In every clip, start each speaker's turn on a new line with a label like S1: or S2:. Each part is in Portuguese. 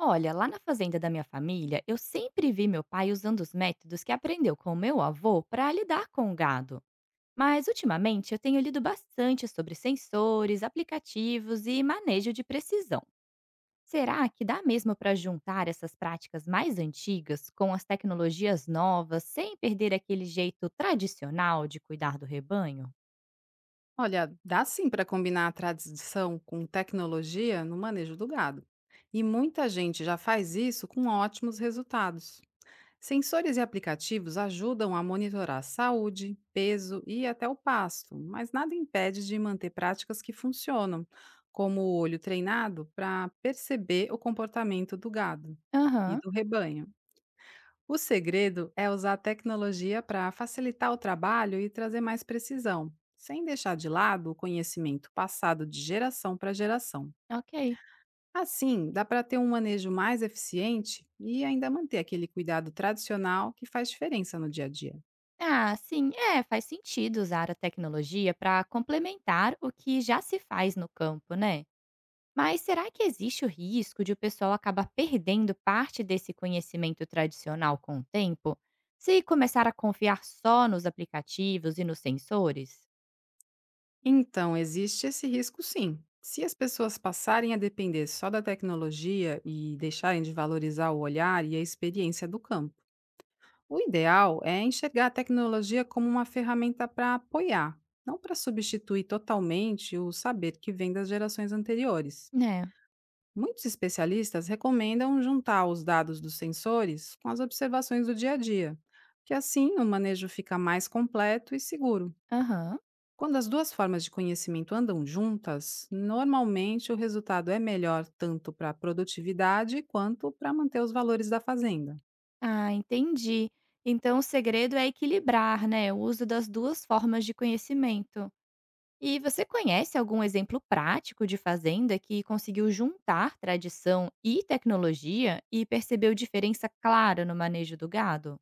S1: Olha, lá na fazenda da minha família, eu sempre vi meu pai usando os métodos que aprendeu com o meu avô para lidar com o gado. Mas ultimamente eu tenho lido bastante sobre sensores, aplicativos e manejo de precisão. Será que dá mesmo para juntar essas práticas mais antigas com as tecnologias novas sem perder aquele jeito tradicional de cuidar do rebanho?
S2: Olha, dá sim para combinar a tradição com tecnologia no manejo do gado. E muita gente já faz isso com ótimos resultados. Sensores e aplicativos ajudam a monitorar a saúde, peso e até o pasto, mas nada impede de manter práticas que funcionam, como o olho treinado para perceber o comportamento do gado e
S1: Aham,
S2: do rebanho. O segredo é usar a tecnologia para facilitar o trabalho e trazer mais precisão, sem deixar de lado o conhecimento passado de geração para geração.
S1: ok.
S2: Assim, dá para ter um manejo mais eficiente e ainda manter aquele cuidado tradicional que faz diferença no dia a dia.
S1: Ah, sim, é, faz sentido usar a tecnologia para complementar o que já se faz no campo, né? Mas será que existe o risco de o pessoal acabar perdendo parte desse conhecimento tradicional com o tempo, se começar a confiar só nos aplicativos e nos sensores?
S2: Então, existe esse risco sim. Se as pessoas passarem a depender só da tecnologia e deixarem de valorizar o olhar e a experiência do campo, o ideal é enxergar a tecnologia como uma ferramenta para apoiar, não para substituir totalmente o saber que vem das gerações anteriores.
S1: Né?
S2: Muitos especialistas recomendam juntar os dados dos sensores com as observações do dia a dia, que assim o manejo fica mais completo e seguro.
S1: Aham.
S2: Quando as duas formas de conhecimento andam juntas, normalmente o resultado é melhor tanto para a produtividade quanto para manter os valores da fazenda.
S1: Ah, entendi. Então o segredo é equilibrar, né, o uso das duas formas de conhecimento. E você conhece algum exemplo prático de fazenda que conseguiu juntar tradição e tecnologia e percebeu diferença clara no manejo do gado?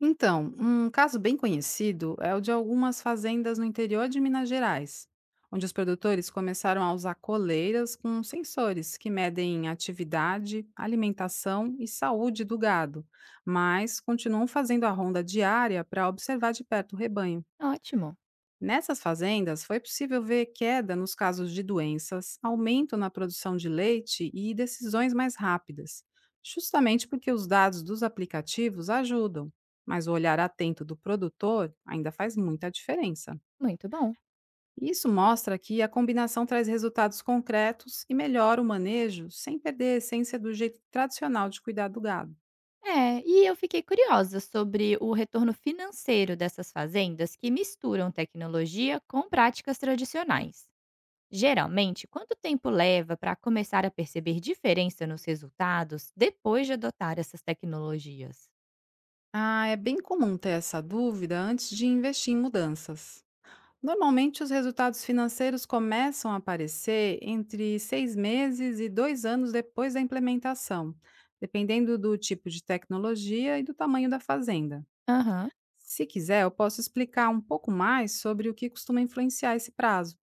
S2: Então, um caso bem conhecido é o de algumas fazendas no interior de Minas Gerais, onde os produtores começaram a usar coleiras com sensores que medem atividade, alimentação e saúde do gado, mas continuam fazendo a ronda diária para observar de perto o rebanho.
S1: Ótimo,
S2: Nessas fazendas, foi possível ver queda nos casos de doenças, aumento na produção de leite e decisões mais rápidas, justamente porque os dados dos aplicativos ajudam, mas o olhar atento do produtor ainda faz muita diferença.
S1: muito bom.
S2: Isso mostra que a combinação traz resultados concretos e melhora o manejo sem perder a essência do jeito tradicional de cuidar do gado.
S1: É, e eu fiquei curiosa sobre o retorno financeiro dessas fazendas que misturam tecnologia com práticas tradicionais. Geralmente, quanto tempo leva para começar a perceber diferença nos resultados depois de adotar essas tecnologias?
S2: Ah, é bem comum ter essa dúvida antes de investir em mudanças. Normalmente, os resultados financeiros começam a aparecer entre 6 meses e 2 anos depois da implementação, dependendo do tipo de tecnologia e do tamanho da fazenda.
S1: Aham.
S2: Se quiser, eu posso explicar um pouco mais sobre o que costuma influenciar esse prazo.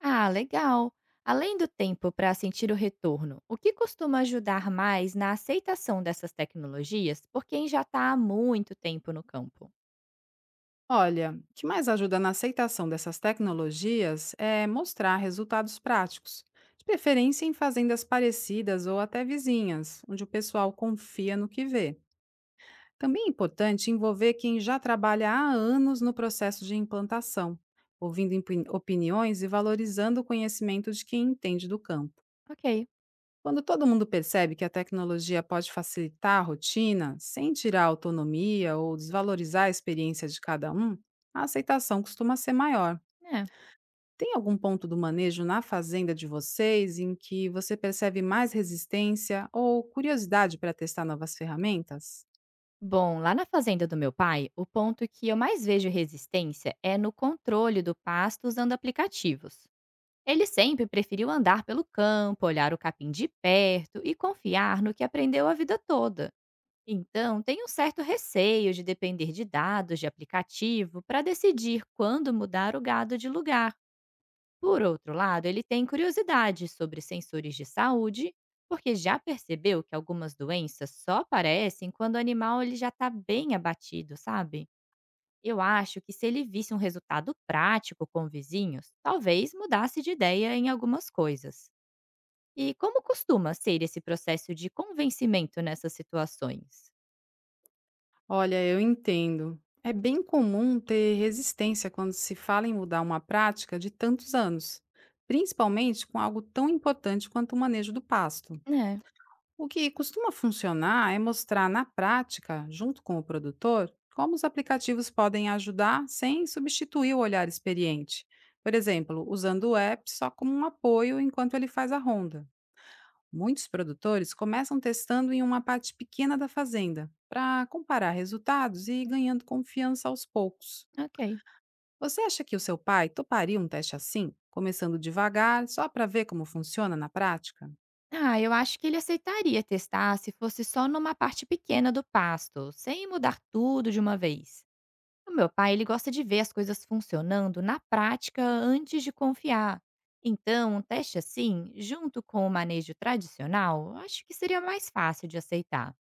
S1: Ah, legal. Além do tempo para sentir o retorno, o que costuma ajudar mais na aceitação dessas tecnologias por quem já está há muito tempo no campo?
S2: Olha, o que mais ajuda na aceitação dessas tecnologias é mostrar resultados práticos, de preferência em fazendas parecidas ou até vizinhas, onde o pessoal confia no que vê. Também é importante envolver quem já trabalha há anos no processo de implantação, ouvindo opiniões e valorizando o conhecimento de quem entende do campo.
S1: Ok,
S2: Quando todo mundo percebe que a tecnologia pode facilitar a rotina, sem tirar a autonomia ou desvalorizar a experiência de cada um, a aceitação costuma ser maior.
S1: é.
S2: Tem algum ponto do manejo na fazenda de vocês em que você percebe mais resistência ou curiosidade para testar novas ferramentas?
S1: Bom, lá na fazenda do meu pai, o ponto que eu mais vejo resistência é no controle do pasto usando aplicativos. Ele sempre preferiu andar pelo campo, olhar o capim de perto e confiar no que aprendeu a vida toda. Então, tem um certo receio de depender de dados de aplicativo para decidir quando mudar o gado de lugar. Por outro lado, ele tem curiosidade sobre sensores de saúde, porque já percebeu que algumas doenças só aparecem quando o animal ele já está bem abatido, sabe? Eu acho que se ele visse um resultado prático com vizinhos, talvez mudasse de ideia em algumas coisas. E como costuma ser esse processo de convencimento nessas situações?
S2: Olha, eu entendo. É bem comum ter resistência quando se fala em mudar uma prática de tantos anos, principalmente com algo tão importante quanto o manejo do pasto.
S1: É,
S2: O que costuma funcionar é mostrar na prática, junto com o produtor, como os aplicativos podem ajudar sem substituir o olhar experiente. Por exemplo, usando o app só como um apoio enquanto ele faz a ronda. Muitos produtores começam testando em uma parte pequena da fazenda, para comparar resultados e ir ganhando confiança aos poucos.
S1: ok.
S2: Você acha que o seu pai toparia um teste assim, começando devagar, só para ver como funciona na prática?
S1: Ah, eu acho que ele aceitaria testar se fosse só numa parte pequena do pasto, sem mudar tudo de uma vez. O meu pai, ele gosta de ver as coisas funcionando na prática antes de confiar. Então, um teste assim, junto com o manejo tradicional, eu acho que seria mais fácil de aceitar.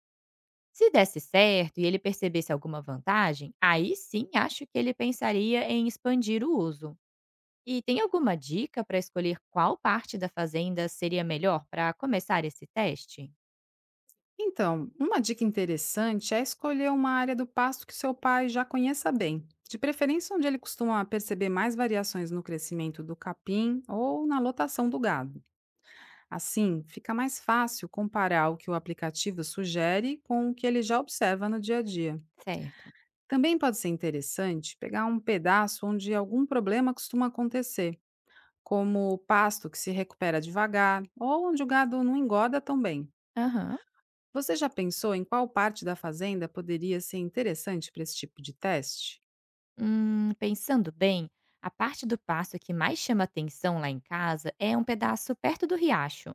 S1: Se desse certo e ele percebesse alguma vantagem, aí sim acho que ele pensaria em expandir o uso. E tem alguma dica para escolher qual parte da fazenda seria melhor para começar esse teste?
S2: Então, uma dica interessante é escolher uma área do pasto que seu pai já conheça bem, de preferência onde ele costuma perceber mais variações no crescimento do capim ou na lotação do gado. Assim, fica mais fácil comparar o que o aplicativo sugere com o que ele já observa no dia a dia.
S1: Certo.
S2: Também pode ser interessante pegar um pedaço onde algum problema costuma acontecer, como o pasto que se recupera devagar ou onde o gado não engorda tão bem.
S1: Aham.
S2: Você já pensou em qual parte da fazenda poderia ser interessante para esse tipo de teste?
S1: Pensando bem, a parte do passo que mais chama atenção lá em casa é um pedaço perto do riacho,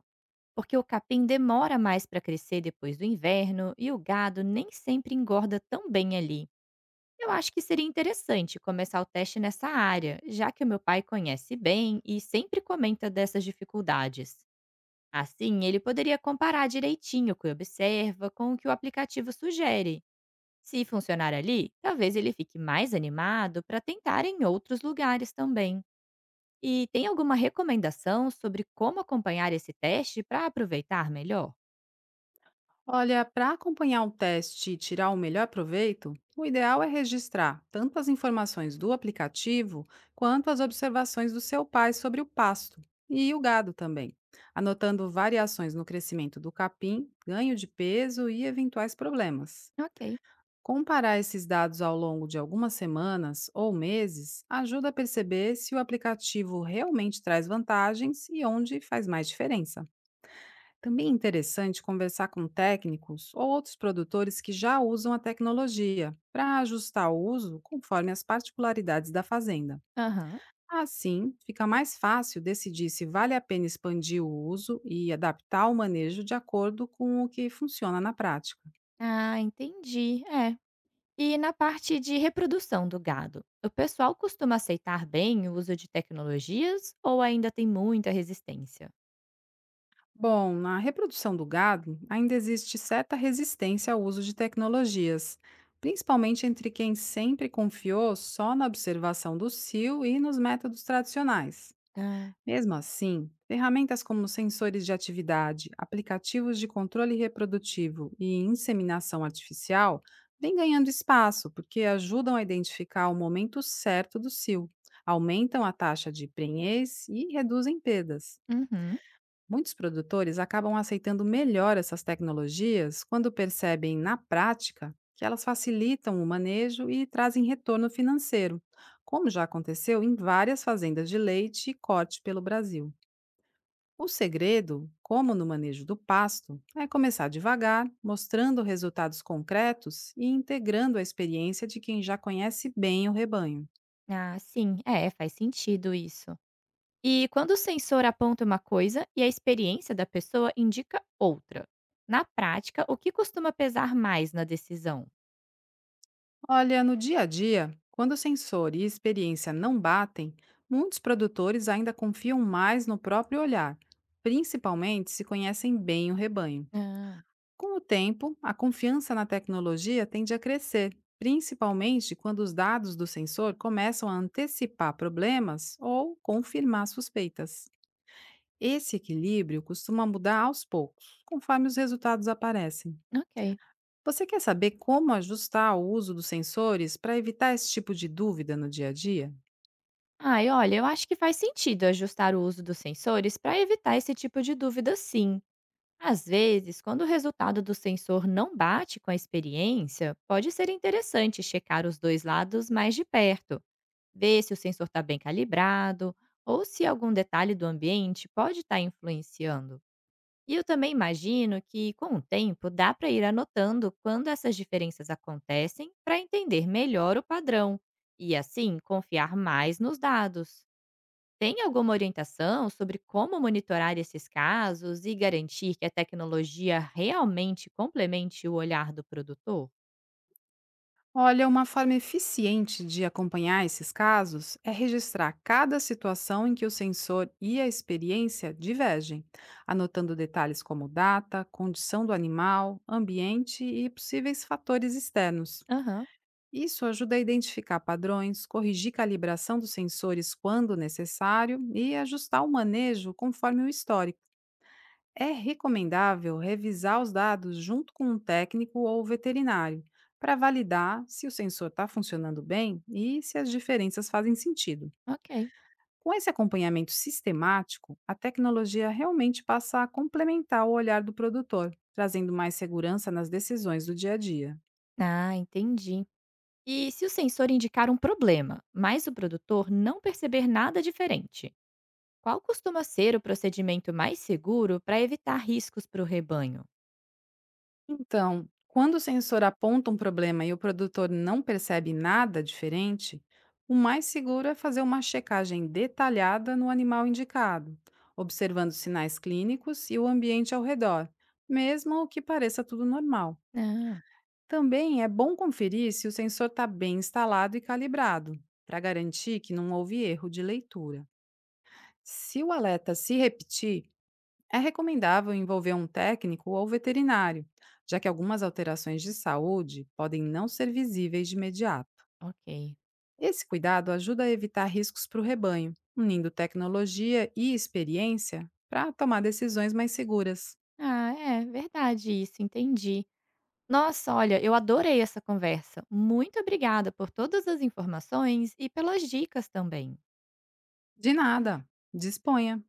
S1: porque o capim demora mais para crescer depois do inverno e o gado nem sempre engorda tão bem ali. Eu acho que seria interessante começar o teste nessa área, já que o meu pai conhece bem e sempre comenta dessas dificuldades. Assim, ele poderia comparar direitinho o que observa com o que o aplicativo sugere. Se funcionar ali, talvez ele fique mais animado para tentar em outros lugares também. E tem alguma recomendação sobre como acompanhar esse teste para aproveitar melhor?
S2: Olha, para acompanhar um teste e tirar o melhor proveito, o ideal é registrar tanto as informações do aplicativo quanto as observações do seu pai sobre o pasto e o gado também, anotando variações no crescimento do capim, ganho de peso e eventuais problemas.
S1: Ok.
S2: Comparar esses dados ao longo de algumas semanas ou meses ajuda a perceber se o aplicativo realmente traz vantagens e onde faz mais diferença. Também é interessante conversar com técnicos ou outros produtores que já usam a tecnologia para ajustar o uso conforme as particularidades da fazenda.
S1: Aham.
S2: Assim, fica mais fácil decidir se vale a pena expandir o uso e adaptar o manejo de acordo com o que funciona na prática.
S1: Ah, entendi. É. E na parte de reprodução do gado, o pessoal costuma aceitar bem o uso de tecnologias ou ainda tem muita resistência?
S2: Bom, na reprodução do gado, ainda existe certa resistência ao uso de tecnologias, principalmente entre quem sempre confiou só na observação do cio e nos métodos tradicionais.
S1: Ah.
S2: Mesmo assim, ferramentas como sensores de atividade, aplicativos de controle reprodutivo e inseminação artificial vêm ganhando espaço porque ajudam a identificar o momento certo do cio, aumentam a taxa de prenhez e reduzem perdas.
S1: Uhum.
S2: Muitos produtores acabam aceitando melhor essas tecnologias quando percebem, na prática, que elas facilitam o manejo e trazem retorno financeiro, como já aconteceu em várias fazendas de leite e corte pelo Brasil. O segredo, como no manejo do pasto, é começar devagar, mostrando resultados concretos e integrando a experiência de quem já conhece bem o rebanho.
S1: Ah, sim, é, faz sentido isso. E quando o sensor aponta uma coisa e a experiência da pessoa indica outra. Na prática, o que costuma pesar mais na decisão?
S2: Olha, no dia a dia, quando o sensor e experiência não batem, muitos produtores ainda confiam mais no próprio olhar, principalmente se conhecem bem o rebanho.
S1: Ah,
S2: Com o tempo, a confiança na tecnologia tende a crescer, principalmente quando os dados do sensor começam a antecipar problemas ou confirmar suspeitas. Esse equilíbrio costuma mudar aos poucos, conforme os resultados aparecem.
S1: ok.
S2: Você quer saber como ajustar o uso dos sensores para evitar esse tipo de dúvida no dia a dia?
S1: Ai, olha, eu acho que faz sentido ajustar o uso dos sensores para evitar esse tipo de dúvida, sim. Às vezes, quando o resultado do sensor não bate com a experiência, pode ser interessante checar os dois lados mais de perto, ver se o sensor está bem calibrado ou se algum detalhe do ambiente pode estar influenciando. E eu também imagino que, com o tempo, dá para ir anotando quando essas diferenças acontecem para entender melhor o padrão e, assim, confiar mais nos dados. Tem alguma orientação sobre como monitorar esses casos e garantir que a tecnologia realmente complemente o olhar do produtor?
S2: Olha, uma forma eficiente de acompanhar esses casos é registrar cada situação em que o sensor e a experiência divergem, anotando detalhes como data, condição do animal, ambiente e possíveis fatores externos.
S1: Aham,
S2: Isso ajuda a identificar padrões, corrigir calibração dos sensores quando necessário e ajustar o manejo conforme o histórico. É recomendável revisar os dados junto com um técnico ou veterinário para validar se o sensor está funcionando bem e se as diferenças fazem sentido.
S1: ok.
S2: Com esse acompanhamento sistemático, a tecnologia realmente passa a complementar o olhar do produtor, trazendo mais segurança nas decisões do dia a dia.
S1: Ah, entendi. E se o sensor indicar um problema, mas o produtor não perceber nada diferente? Qual costuma ser o procedimento mais seguro para evitar riscos para o rebanho?
S2: Então, quando o sensor aponta um problema e o produtor não percebe nada diferente, o mais seguro é fazer uma checagem detalhada no animal indicado, observando sinais clínicos e o ambiente ao redor, mesmo que pareça tudo normal.
S1: Ah,
S2: Também é bom conferir se o sensor está bem instalado e calibrado, para garantir que não houve erro de leitura. Se o alerta se repetir, é recomendável envolver um técnico ou veterinário, já que algumas alterações de saúde podem não ser visíveis de imediato.
S1: ok.
S2: Esse cuidado ajuda a evitar riscos para o rebanho, unindo tecnologia e experiência para tomar decisões mais seguras.
S1: Ah, é verdade isso, entendi. Nossa, olha, eu adorei essa conversa. Muito obrigada por todas as informações e pelas dicas também.
S2: De nada, disponha!